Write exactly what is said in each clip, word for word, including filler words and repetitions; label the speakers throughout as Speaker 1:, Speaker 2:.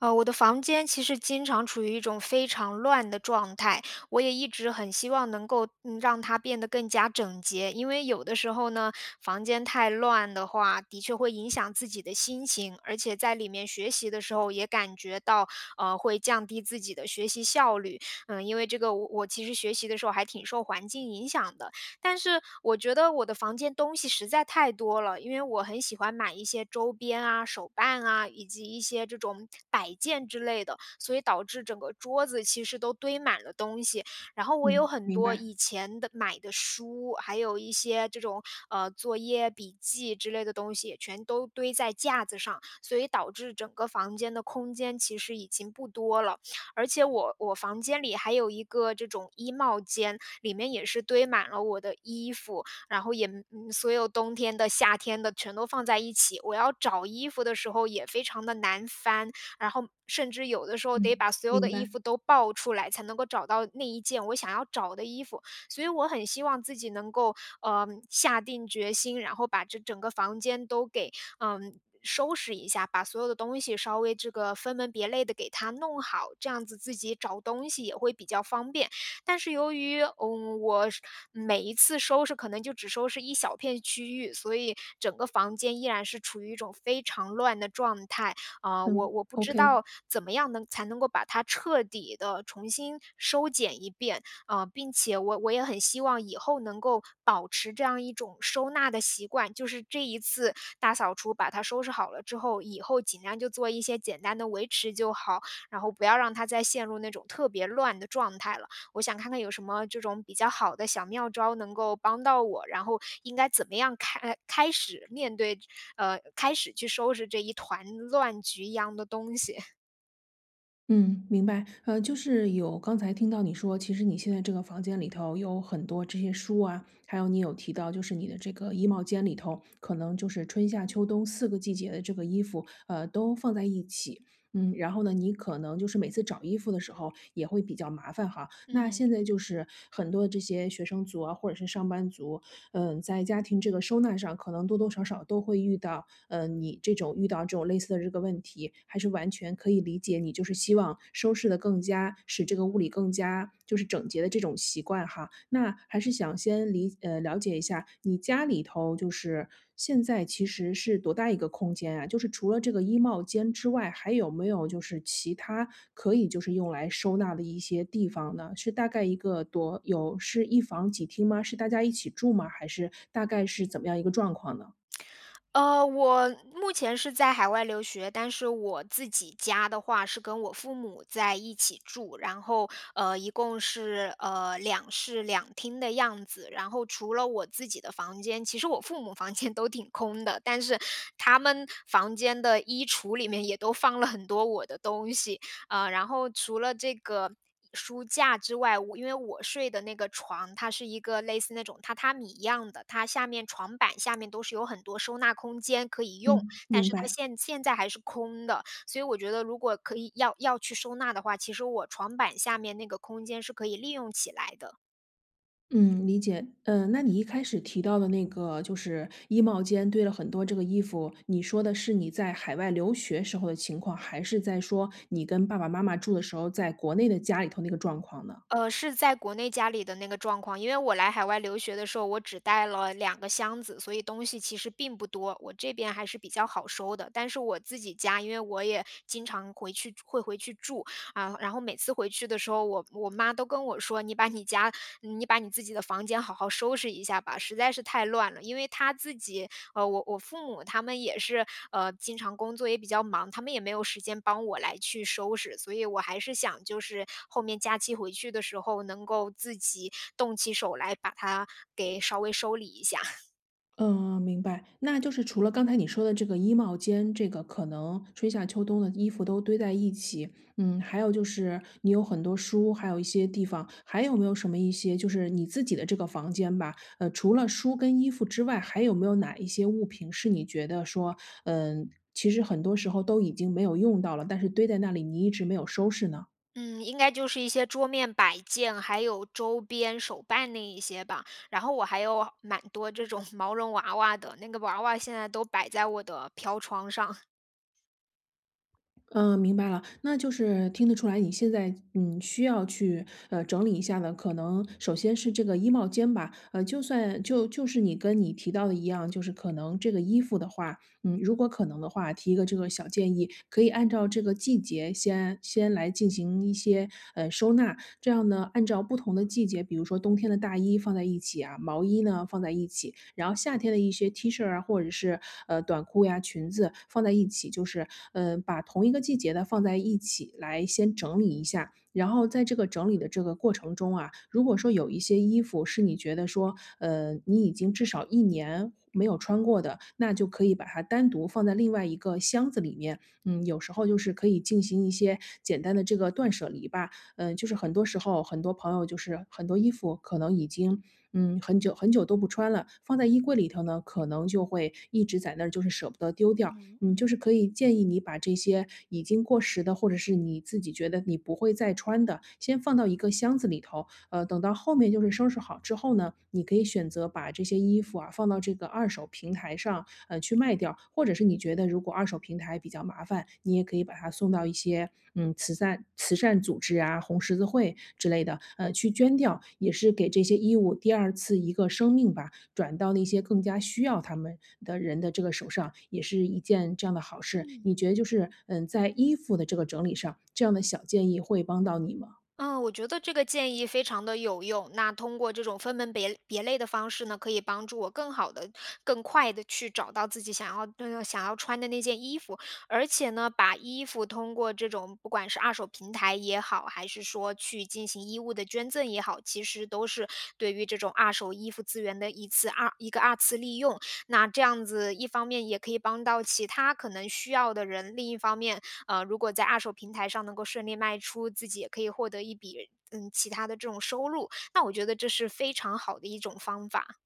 Speaker 1: 呃，我的房间其实经常处于一种非常乱的状态，我也一直很希望能够嗯让它变得更加整洁。因为有的时候呢，房间太乱的话，的确会影响自己的心情，而且在里面学习的时候也感觉到呃会降低自己的学习效率。嗯，因为这个我我其实学习的时候还挺受环境影响的。但是我觉得我的房间东西实在太多了，因为我很喜欢买一些周边啊、手办啊，以及一些这种摆件之类的，所以导致整个桌子其实都堆满了东西。然后我有
Speaker 2: 嗯，
Speaker 1: 很
Speaker 2: 明
Speaker 1: 多
Speaker 2: 白。
Speaker 1: 以前的买的书，还有一些这种呃作业笔记之类的东西，也全都堆在架子上，所以导致整个房间的空间其实已经不多了。而且我我房间里还有一个这种衣帽间，里面也是堆满了我的衣服，然后也嗯，所有冬天的、夏天的全都放在一起。我要找衣服的时候也非常的难翻，然后甚至有的时候得
Speaker 2: 嗯，
Speaker 1: 把所有
Speaker 2: 明
Speaker 1: 的衣
Speaker 2: 白。
Speaker 1: 服都抱出来，才能够找到那一件我想要找的衣服。所以我很希望自己能够，嗯，下定决心，然后把这整个房间都给嗯，收拾一下，把所有的东西稍微这个分门别类的给它弄好，这样子自己找东西也会比较方便。但是由于嗯，我是每一次收拾可能就只收拾一小片区域，所以整个房间依然是处于一种非常乱的状态。啊、我
Speaker 2: 嗯
Speaker 1: 我不知
Speaker 2: ，OK。
Speaker 1: 道怎么样能才能够把它彻底的重新收捡一遍啊、呃并且我我也很希望以后能够保持这样一种收纳的习惯。就是这一次大扫除把它收拾好了之后，以后尽量就做一些简单的维持就好，然后不要让它再陷入那种特别乱的状态了。我想看看有什么这种比较好的小妙招能够帮到我，然后应该怎么样开开始面对，呃，开始去收拾这一团乱局一样的东西。
Speaker 2: 嗯，明白。呃，就是有刚才听到你说，其实你现在这个房间里头有很多这些书啊，还有你有提到，就是你的这个衣帽间里头，可能就是春夏秋冬四个季节的这个衣服，呃，都放在一起。嗯，然后呢，你可能就是每次找衣服的时候也会比较麻烦哈。那
Speaker 1: 嗯。
Speaker 2: 现在就是很多的这些学生族啊，或者是上班族，嗯，在家庭这个收纳上，可能多多少少都会遇到，嗯，你这种遇到这种类似的这个问题，还是完全可以理解。你就是希望收拾的更加，使这个屋里更加就是整洁的这种习惯哈。那还是想先理呃，了解一下你家里头就是现在其实是多大一个空间啊？就是除了这个衣帽间之外，还有没有就是其他可以就是用来收纳的一些地方呢？是大概一个多有是一房几厅吗？是大家一起住吗？还是大概是怎么样一个状况呢？
Speaker 1: 呃，我目前是在海外留学，但是我自己家的话是跟我父母在一起住，然后呃，一共是呃两室两厅的样子。然后除了我自己的房间，其实我父母房间都挺空的，但是他们房间的衣橱里面也都放了很多我的东西。呃，然后除了这个书架之外，我因为我睡的那个床，它是一个类似那种榻榻米一样的，它下面床板下面都是有很多收纳空间可以用。
Speaker 2: 嗯，
Speaker 1: 但
Speaker 2: 明
Speaker 1: 是它
Speaker 2: 白。
Speaker 1: 现现在还是空的，所以我觉得如果可以要要去收纳的话，其实我床板下面那个空间是可以利用起来的。
Speaker 2: 嗯，理解。嗯，那你一开始提到的那个就是衣帽间堆了很多这个衣服，你说的是你在海外留学时候的情况，还是在说你跟爸爸妈妈住的时候在国内的家里头那个状况呢？
Speaker 1: 呃，是在国内家里的那个状况，因为我来海外留学的时候，我只带了两个箱子，所以东西其实并不多，我这边还是比较好收的。但是我自己家，因为我也经常回去会回去住，啊，然后每次回去的时候，我我妈都跟我说：“你把你家你把你自己的房间好好收拾一下吧，实在是太乱了。”因为她自己呃，我我父母他们也是，呃，经常工作也比较忙，他们也没有时间帮我来去收拾，所以我还是想就是后面假期回去的时候，能够自己动起手来把它给稍微收理一下。
Speaker 2: 嗯，明白。那就是除了刚才你说的这个衣帽间，这个可能春夏秋冬的衣服都堆在一起，嗯，还有就是你有很多书，还有一些地方，还有没有什么一些就是你自己的这个房间吧？呃，除了书跟衣服之外，还有没有哪一些物品是你觉得说，嗯，其实很多时候都已经没有用到了，但是堆在那里你一直没有收拾呢？
Speaker 1: 嗯，应该就是一些桌面摆件，还有周边手办那一些吧。然后我还有蛮多这种毛绒娃娃的，那个娃娃现在都摆在我的飘窗上。
Speaker 2: 嗯，明白了。那就是听得出来，你现在嗯需要去呃整理一下的，可能首先是这个衣帽间吧。呃，就算就就是你跟你提到的一样，就是可能这个衣服的话，嗯，如果可能的话，提一个这个小建议，可以按照这个季节先先来进行一些呃收纳，这样呢，按照不同的季节，比如说冬天的大衣放在一起啊，毛衣呢放在一起，然后夏天的一些 T 恤啊，或者是呃短裤呀、裙子放在一起，就是嗯、呃把同一个季节的放在一起来先整理一下，然后在这个整理的这个过程中啊，如果说有一些衣服是你觉得说，呃，你已经至少一年没有穿过的，那就可以把它单独放在另外一个箱子里面。嗯，有时候就是可以进行一些简单的这个断舍离吧。嗯，就是很多时候，很多朋友就是很多衣服可能已经，嗯，很久很久都不穿了，放在衣柜里头呢，可能就会一直在那儿就是舍不得丢掉。嗯，
Speaker 1: 嗯。
Speaker 2: 就是可以建议你把这些已经过时的，或者是你自己觉得你不会再穿的，先放到一个箱子里头。呃，等到后面就是收拾好之后呢，你可以选择把这些衣服啊放到这个二手平台上，呃，去卖掉，或者是你觉得如果二手平台比较麻烦，你也可以把它送到一些嗯慈善慈善组织啊、红十字会之类的，呃，去捐掉，也是给这些衣物第二次一个生命吧，转到那些更加需要他们的人的这个手上，也是一件这样的好事。
Speaker 1: 嗯。
Speaker 2: 你觉得就是嗯，在衣服的这个整理上，这样的小建议会帮到你吗？
Speaker 1: 嗯，我觉得这个建议非常的有用。那通过这种分门别别类的方式呢，可以帮助我更好的、更快的去找到自己想要、呃、想要穿的那件衣服。而且呢，把衣服通过这种不管是二手平台也好，还是说去进行衣物的捐赠也好，其实都是对于这种二手衣服资源的一次二一个二次利用。那这样子一方面也可以帮到其他可能需要的人，另一方面，呃，如果在二手平台上能够顺利卖出，自己也可以获得一笔，嗯，其他的这种收入，那我觉得这是非常好的一种方法。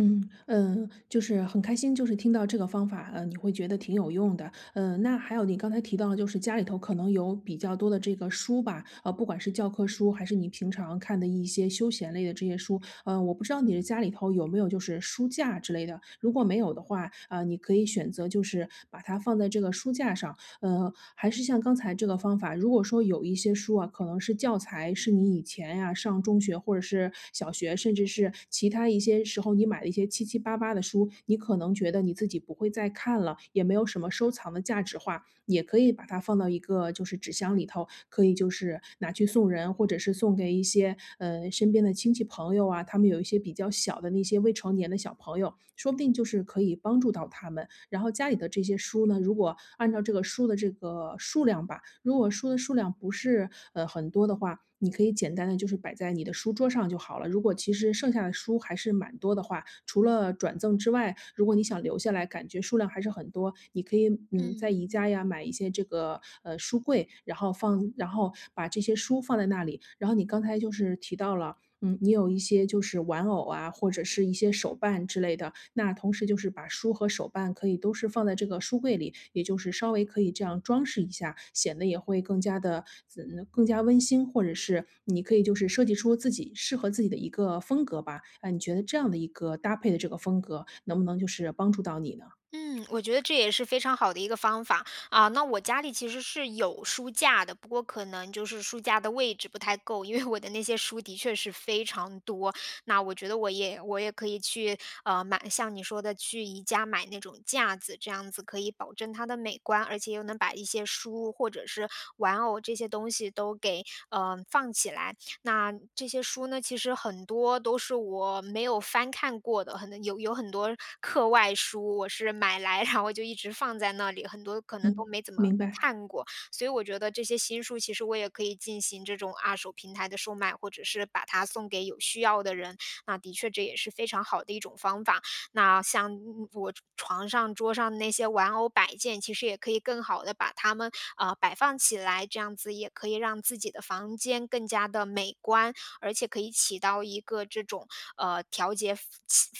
Speaker 2: 嗯。嗯，就是很开心，就是听到这个方法，呃，你会觉得挺有用的。呃，那还有你刚才提到，就是家里头可能有比较多的这个书吧，呃，不管是教科书还是你平常看的一些休闲类的这些书，呃，我不知道你的家里头有没有就是书架之类的。如果没有的话，啊、你可以选择就是把它放在这个书架上，呃，还是像刚才这个方法，如果说有一些书啊，可能是教材是你以前呀、上中学或者是小学，甚至是其他一些时候你买的一些七七八八的书，你可能觉得你自己不会再看了，也没有什么收藏的价值化，也可以把它放到一个就是纸箱里头，可以就是拿去送人，或者是送给一些呃身边的亲戚朋友啊，他们有一些比较小的那些未成年的小朋友，说不定就是可以帮助到他们。然后家里的这些书呢，如果按照这个书的这个数量吧，如果书的数量不是，呃，很多的话，你可以简单的就是摆在你的书桌上就好了。如果其实剩下的书还是蛮多的话，除了转赠之外，如果你想留下来，感觉数量还是很多，你可以，嗯，在
Speaker 1: 嗯。
Speaker 2: 宜家呀买一些这个，呃，书柜，然后放然后把这些书放在那里。然后你刚才就是提到了，嗯，你有一些就是玩偶啊，或者是一些手办之类的，那同时就是把书和手办可以都是放在这个书柜里，也就是稍微可以这样装饰一下，显得也会更加的嗯更加温馨，或者是你可以就是设计出自己适合自己的一个风格吧。啊，你觉得这样的一个搭配的这个风格，能不能就是帮助到你呢？
Speaker 1: 嗯，我觉得这也是非常好的一个方法啊。那我家里其实是有书架的，不过可能就是书架的位置不太够，因为我的那些书的确是非常多。那我觉得我也我也可以去呃买，像你说的去宜家买那种架子，这样子可以保证它的美观，而且又能把一些书或者是玩偶这些东西都给嗯、呃放起来。那这些书呢，其实很多都是我没有翻看过的，很有有很多课外书，我是买来，然后就一直放在那里，很多可能都
Speaker 2: 嗯，
Speaker 1: 没怎么
Speaker 2: 明白。
Speaker 1: 看过。所以我觉得这些新书，其实我也可以进行这种二手平台的售卖，或者是把它送给有需要的人。那的确这也是非常好的一种方法。那像嗯我床上、桌上那些玩偶摆件，其实也可以更好的把它们，呃，摆放起来，这样子也可以让自己的房间更加的美观。而且可以起到一个这种，呃，调节氛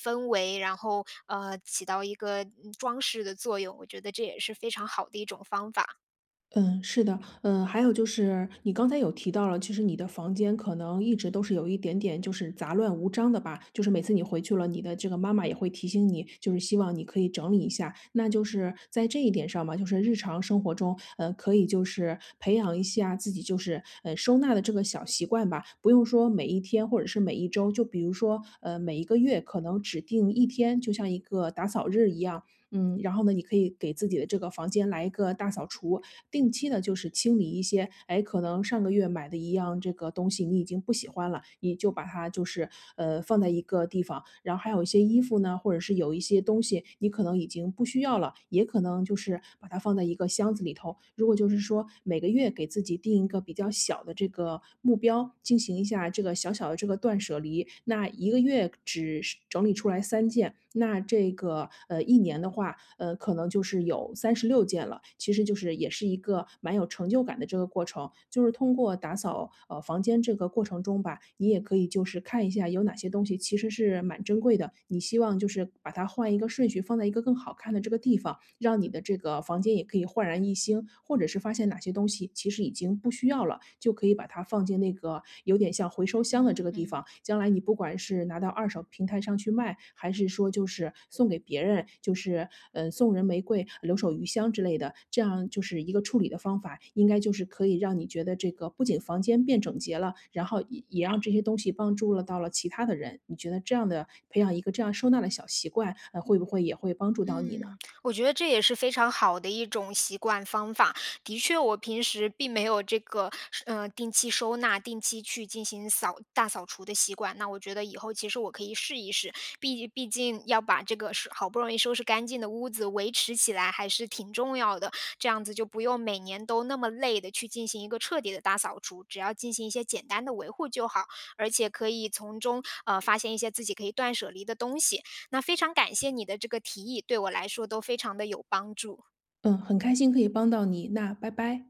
Speaker 1: 氛围，然后，呃，起到一个，嗯装饰的作用，我觉得这也是非常好的一种方法。
Speaker 2: 嗯，是的，嗯，还有就是你刚才有提到了，其实你的房间可能一直都是有一点点就是杂乱无章的吧，就是每次你回去了，你的这个妈妈也会提醒你，就是希望你可以整理一下。那就是在这一点上嘛，就是日常生活中，呃，可以就是培养一下自己就是呃收纳的这个小习惯吧，不用说每一天或者是每一周，就比如说呃每一个月可能指定一天，就像一个打扫日一样。嗯，然后呢，你可以给自己的这个房间来一个大扫除，定期的就是清理一些，哎，可能上个月买的一样这个东西你已经不喜欢了，你就把它就是呃放在一个地方，然后还有一些衣服呢，或者是有一些东西你可能已经不需要了，也可能就是把它放在一个箱子里头。如果就是说每个月给自己定一个比较小的这个目标，进行一下这个小小的这个断舍离，那一个月只是整理出来来三件，那这个呃一年的话，呃可能就是有三十六件了。其实就是也是一个蛮有成就感的这个过程，就是通过打扫呃房间这个过程中吧，你也可以就是看一下有哪些东西其实是蛮珍贵的，你希望就是把它换一个顺序放在一个更好看的这个地方，让你的这个房间也可以焕然一新，或者是发现哪些东西其实已经不需要了，就就可以把它放进那个有点像回收箱的这
Speaker 1: 嗯
Speaker 2: 个地方。
Speaker 1: 嗯。
Speaker 2: 将来你不管是拿到二手平台上去卖，还是说就是送给别人，就是嗯呃送人玫瑰留守余香之类的，这样就是一个处理的方法，应该就是可以让你觉得这个不仅房间变整洁了，然后也也让这些东西帮助了到了其他的人。你觉得这样的培养一个这样收纳的小习惯，呃，会不会也会帮助到你呢？
Speaker 1: 嗯，我觉得这也是非常好的一种习惯方法。的确，我平时并没有这个，呃，定期收纳、定期去进行扫大扫除的习惯。那我觉得以后其实我可以试一试。毕毕竟要把这个是好不容易收拾干净的屋子维持起来，还是挺重要的。这样子就不用每年都那么累的去进行一个彻底的大扫除，只要进行一些简单的维护就好，而且可以从中呃发现一些自己可以断舍离的东西。那非常感谢你的这个提议，对我来说都非常的有帮助。
Speaker 2: 嗯，很开心可以帮到你，那拜拜。